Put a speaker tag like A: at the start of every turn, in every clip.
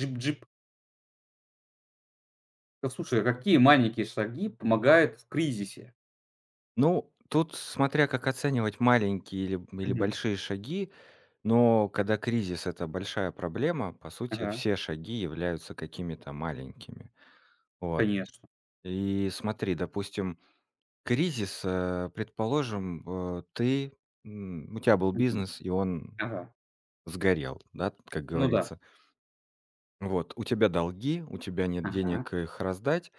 A: Джип-джип. Да, слушай, а какие маленькие шаги помогают в кризисе?
B: Ну, тут смотря как оценивать маленькие или
A: Мгм.
B: большие шаги, но когда это большая проблема, по сути,
A: Ага,
B: все шаги являются какими-то маленькими. Вот.
A: конечно.
B: И смотри, допустим, кризис, предположим, э, ты, у тебя был
A: Мгм.
B: бизнес, и он
A: Ага.
B: сгорел, да, как
A: Ну да.
B: говорится. Вот, у тебя долги, у тебя нет
A: Ага.
B: денег их раздать.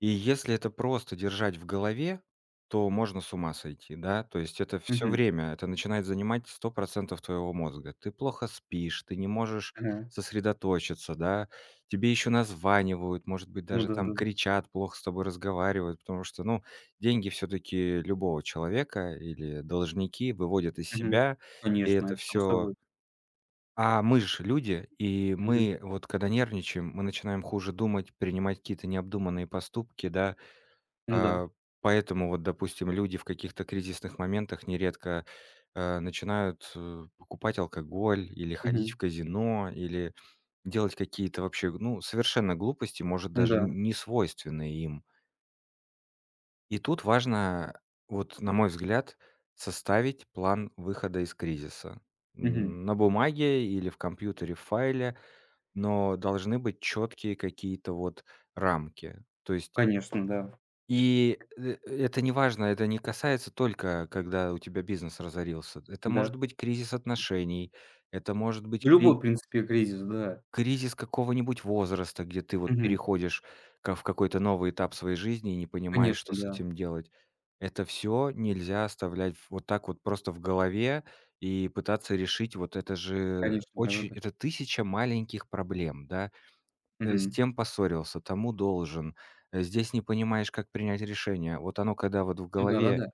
B: И если это просто держать в голове, то можно с ума сойти, да. То есть это все
A: Мгм.
B: время, это начинает занимать 100% твоего мозга. Ты плохо спишь, ты не можешь
A: Ага.
B: сосредоточиться, да. Тебе еще названивают, может быть,
A: Ну
B: даже там
A: да-да.
B: кричат, плохо с тобой разговаривают, потому что, ну, деньги все таки любого человека или должники выводят из
A: Мгм.
B: себя, и
A: Конечно,
B: это
A: это само
B: все.
A: собой.
B: А мы же люди, и
A: Мгм.
B: мы вот когда нервничаем, мы начинаем хуже думать, принимать какие-то необдуманные поступки, да.
A: Ну да.
B: А, Поэтому вот, допустим, люди в каких-то кризисных моментах нередко, начинают, покупать алкоголь или ходить в
A: Мгм.
B: казино, или делать какие-то вообще, ну, совершенно глупости, может,
A: Ну
B: даже
A: да.
B: н не свойственные им. И тут важно, вот, на мой взгляд, составить план выхода из кризиса.
A: Мгм.
B: На бумаге или в компьютере в файле, но должны быть четкие какие-то вот рамки. То есть
A: Конечно, да.
B: это не важно, это не касается только, когда у тебя бизнес разорился. Это может
A: Да.
B: быть кризис отношений, это может быть
A: Ну, любой, в принципе, кризис, да.
B: кризис какого-нибудь возраста, где ты вот
A: Мгм.
B: переходишь ка в какой-то новый этап своей жизни и не понимаешь,
A: Конечно,
B: что с
A: да.
B: этим делать. Это все нельзя оставлять вот так вот просто в голове и пытаться решить. Вот это же
A: Конечно,
B: очень
A: да-да-да.
B: это тысяча маленьких проблем, да с
A: Мгм.
B: тем поссорился, тому должен. Здесь не понимаешь, как принять решение. Вот оно когда вот в
A: Ну
B: голове,
A: да-да-да.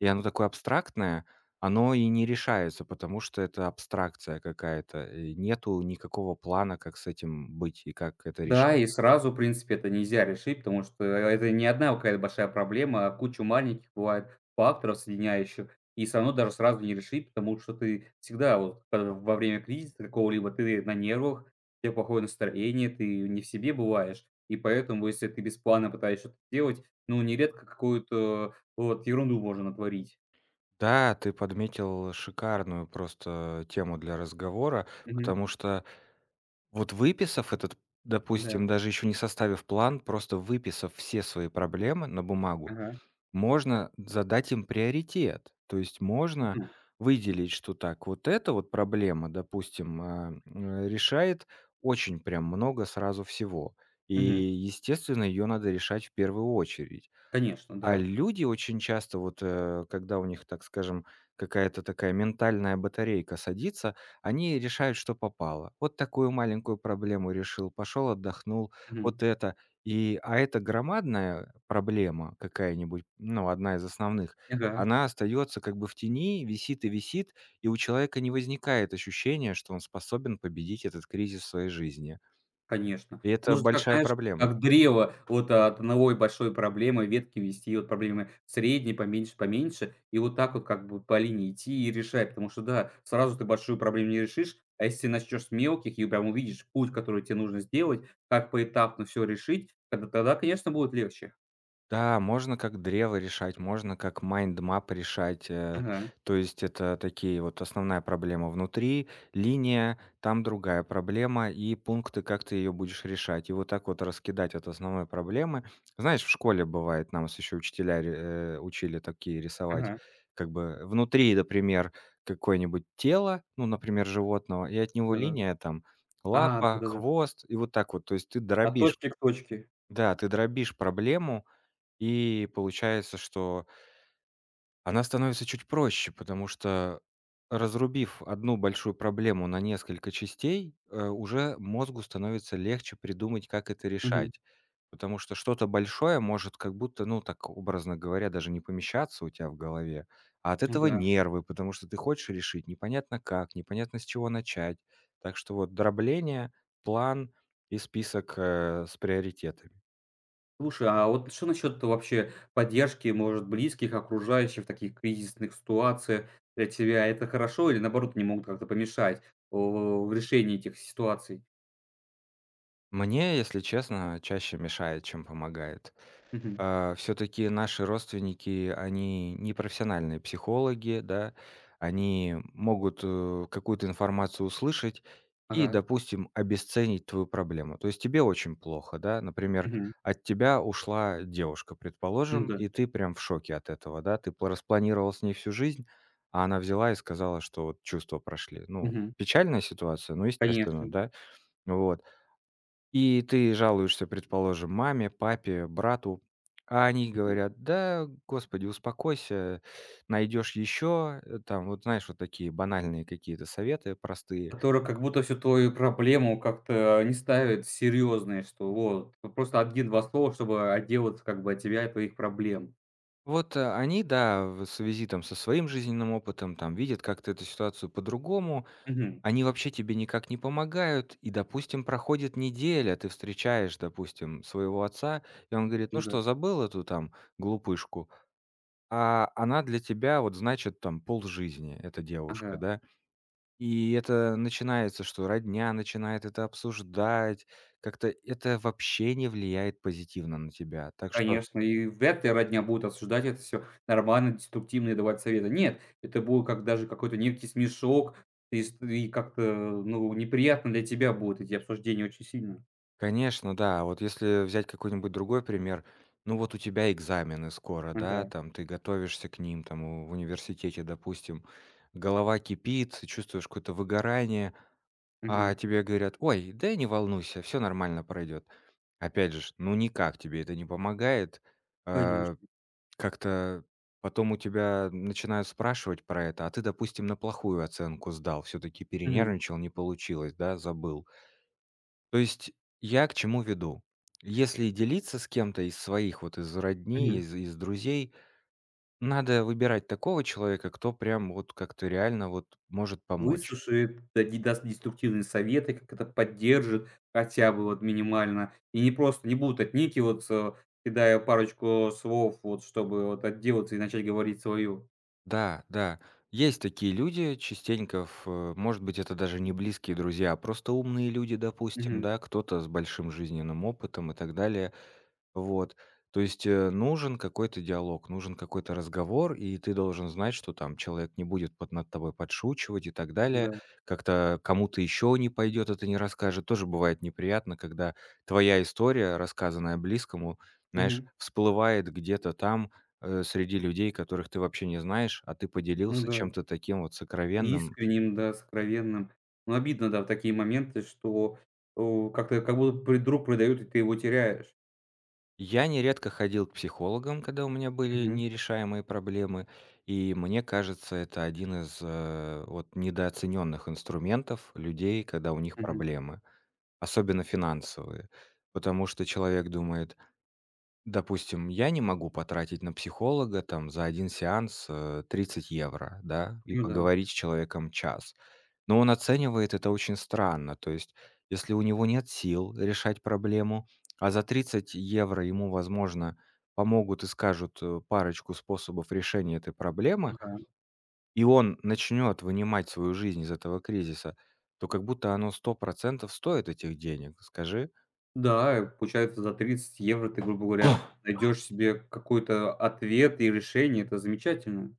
B: и оно такое абстрактное, оно и не решается, потому что это абстракция какая-то. И нету никакого плана, как с этим быть и как это
A: Да,
B: решать.
A: и сразу, в принципе, это нельзя решить, потому что это не одна какая-то большая проблема, а куча маленьких бывает факторов соединяющих, и всё равно даже сразу не решить, потому что ты всегда вот когда во время кризиса какого-либо ты на нервах, у тебя плохое настроение, ты не в себе бываешь. И поэтому, если ты без плана пытаешься что-то делать, ну, нередко какую-то вот ерунду можно натворить.
B: Да, ты подметил шикарную просто тему для разговора,
A: Мгм.
B: потому что вот выписав этот, допустим,
A: Да.
B: даже еще не составив план, просто выписав все свои проблемы на бумагу,
A: Ага.
B: можно задать им приоритет. То есть можно
A: Мгм.
B: выделить, что так, вот эта вот проблема, допустим, решает очень прям много сразу всего. И,
A: Мгм.
B: естественно, ее надо решать в первую очередь.
A: Конечно,
B: А
A: да.
B: люди очень часто, вот, когда у них, так скажем, какая-то такая ментальная батарейка садится, они решают, что попало. Вот такую маленькую проблему решил, пошел отдохнул,
A: Мгм.
B: вот это. А эта громадная проблема какая-нибудь, ну, одна из основных,
A: Ага.
B: она остается как бы в тени, висит и висит, и у человека не возникает ощущения, что он способен победить этот кризис в своей жизни.
A: Конечно.
B: И это
A: Нужно, как
B: большая
A: знаешь,
B: проблема.
A: как древо вот от одной большой проблемы ветки вести от проблемы средней поменьше, поменьше, и вот так вот как бы по линии идти и решать. Потому что, да, сразу ты большую проблему не решишь, а если начнешь с мелких и прям увидишь путь, который тебе нужно сделать, как поэтапно все решить, тогда, конечно, будет легче.
B: Да, можно как древо решать, можно как mind map решать.
A: Ага,
B: То есть это такие вот основная проблема внутри, линия, там другая проблема и пункты, как ты ее будешь решать. И вот так вот раскидать от основной проблемы. Знаешь, в школе бывает, нам еще учили такие рисовать,
A: ага,
B: как бы внутри, например, какое-нибудь тело, ну, например, животного, и от него
A: да-да-да.
B: линия там
A: А,
B: лапа,
A: да-да-да,
B: хвост, и вот так вот. То есть ты
A: от
B: дробишь,
A: точки к точке.
B: да, ты дробишь проблему, и получается, что она становится чуть проще, потому что, разрубив одну большую проблему на несколько частей, уже мозгу становится легче придумать, как это
A: Мгм.
B: решать. Потому что что-то большое может как будто, ну, так образно говоря, даже не помещаться у тебя в голове, а от
A: Ну
B: этого
A: да.
B: нервы, потому что ты хочешь решить непонятно как, непонятно с чего начать. Так что вот дробление, план и список с приоритетами.
A: Слушай, а вот что насчет вообще поддержки, может, близких, окружающих в таких кризисных ситуациях для тебя? Это хорошо или, наоборот, они могут как-то помешать в решении этих ситуаций?
B: Мне, если честно, чаще мешает, чем помогает.
A: Мгм.
B: Все-таки наши родственники, они не профессиональные психологи, да, они могут какую-то информацию услышать и,
A: Ага.
B: допустим, обесценить твою проблему. То есть тебе очень плохо, да, например,
A: Мгм.
B: от тебя ушла девушка,
A: Ну
B: предположим,
A: да.
B: и ты прям в шоке от этого, да, распланировал с ней всю жизнь, а она взяла и сказала, что вот чувства прошли. Ну,
A: Мгм.
B: печальная ситуация, ну, естественно,
A: Конечно.
B: да, вот. И ты жалуешься, предположим, маме, папе, брату, а они
A: Мгм.
B: говорят: «Да, господи, успокойся, найдешь еще». Там, вот знаешь, вот такие банальные какие-то советы простые.
A: Которые как будто всю твою проблему как-то не ставят серьезные, что вот просто 1-2 слова, чтобы отделаться как бы от тебя и твоих проблем.
B: Вот, они, да, в связи там со своим жизненным опытом, там, видят как-то эту ситуацию по-другому,
A: Мгм.
B: они вообще тебе никак не помогают. И, допустим, проходит неделя, ты встречаешь, допустим, своего отца, и он говорит: «Ну
A: Ну да.
B: что, забыл эту там глупышку?» А она для тебя вот значит там полжизни, эта девушка,
A: Ага.
B: да. И это начинается, что родня начинает это обсуждать, как-то это вообще не влияет позитивно на тебя. Так что,
A: Конечно, и вряд ли родня будет осуждать это все нормально, деструктивно и давать советы. Нет, это будет как даже какой-то некий смешок, и как-то, ну, неприятно для тебя будут эти обсуждения очень сильно.
B: конечно, да, вот если взять какой-нибудь другой пример, ну вот у тебя экзамены скоро, да,
A: Ага,
B: там ты готовишься к ним, там в университете, допустим, голова кипит, чувствуешь какое-то выгорание, а
A: мгм,
B: тебе говорят: «Ой, да не волнуйся, все нормально пройдет». Опять же ж, ну никак тебе это не помогает. А,
A: конечно.
B: Как-то потом у тебя начинают спрашивать про это, а ты, допустим, на плохую оценку сдал, все таки
A: Мгм,
B: перенервничал, не получилось, да, забыл. То есть я к чему веду? Если делиться с кем-то из своих, вот из родни,
A: мгм.
B: из друзей, надо выбирать такого человека, кто прям вот как-то реально вот может помочь.
A: Выслушает, дади даст деструктивные советы, как это поддержит хотя бы вот минимально. И не просто не будут отникиваться, кидая парочку слов, вот чтобы вот отделаться и начать говорить свое.
B: Да, да, есть такие люди частенько, может быть, это даже не близкие друзья, а просто умные люди, допустим,
A: Мгм,
B: да, кто-то с большим жизненным опытом и так далее. Вот. То есть, нужен какой-то диалог, нужен какой-то разговор, и ты должен знать, что там человек не будет под над тобой подшучивать и так далее.
A: да.
B: Как-то кому-то еще не пойдет это, не расскажет. Тоже бывает неприятно, когда твоя история, рассказанная близкому, знаешь,
A: Мгм.
B: всплывает где-то там, среди людей, которых ты вообще не знаешь, а ты
A: Ну
B: поделился
A: да.
B: чем-то таким вот сокровенным.
A: Искренним, да, сокровенным. Но обидно, да, в такие моменты, что, как-то как будто бы друг предает, и ты его теряешь.
B: Я нередко ходил к психологам, когда у меня были
A: Мгм,
B: нерешаемые проблемы, и мне кажется, это один из вот недооцененных инструментов людей, когда у них
A: мгм.
B: проблемы, особенно финансовые. Потому что человек думает, допустим, я не могу потратить на психолога там за один сеанс 30 евро, да, и
A: Ну да.
B: поговорить с человеком час. Но он оценивает это очень странно. То есть, если у него нет сил решать проблему, а за 30 евро ему, возможно, помогут и скажут парочку способов решения этой проблемы,
A: Ага.
B: и он начнет вынимать свою жизнь из этого кризиса, то как будто оно 100% стоит этих денег. Скажи.
A: Да, и получается, за 30 евро ты, грубо говоря, найдешь себе какой-то ответ и решение. Это замечательно.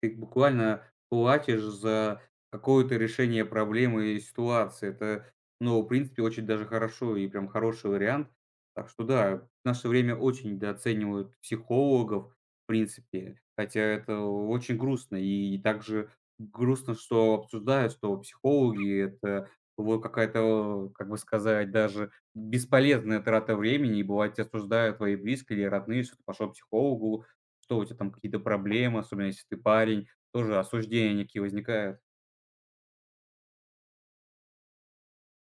A: Ты буквально платишь за какое-то решение проблемы и ситуации. Это, ну, в принципе, очень даже хорошо и прям хороший вариант. Так что да, в наше время очень недооценивают психологов, в принципе, хотя это очень грустно. И также грустно, что обсуждают, что психологи — это вот какая-то, как бы сказать, даже бесполезная трата времени, и бывает, тебя осуждают твои близкие или родные, что ты пошел к психологу, что у тебя там какие-то проблемы, особенно если ты парень, тоже осуждения некие возникают.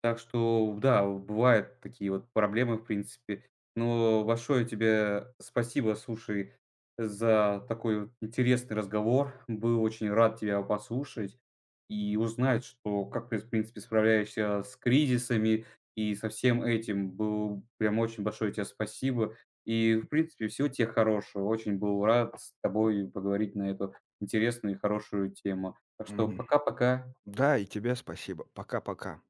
A: Так что, да, бывают такие вот проблемы, в принципе. Но большое тебе спасибо, слушай, за такой вот интересный разговор. Был очень рад тебя послушать и узнать, что как ты, в принципе, справляешься с кризисами и со всем этим. Был прям очень большое тебе спасибо. И, в принципе, всего тебе хорошего. Очень был рад с тобой поговорить на эту интересную и хорошую тему. Так что
B: Мгм.
A: пока-пока.
B: Да, и тебе спасибо. Пока-пока.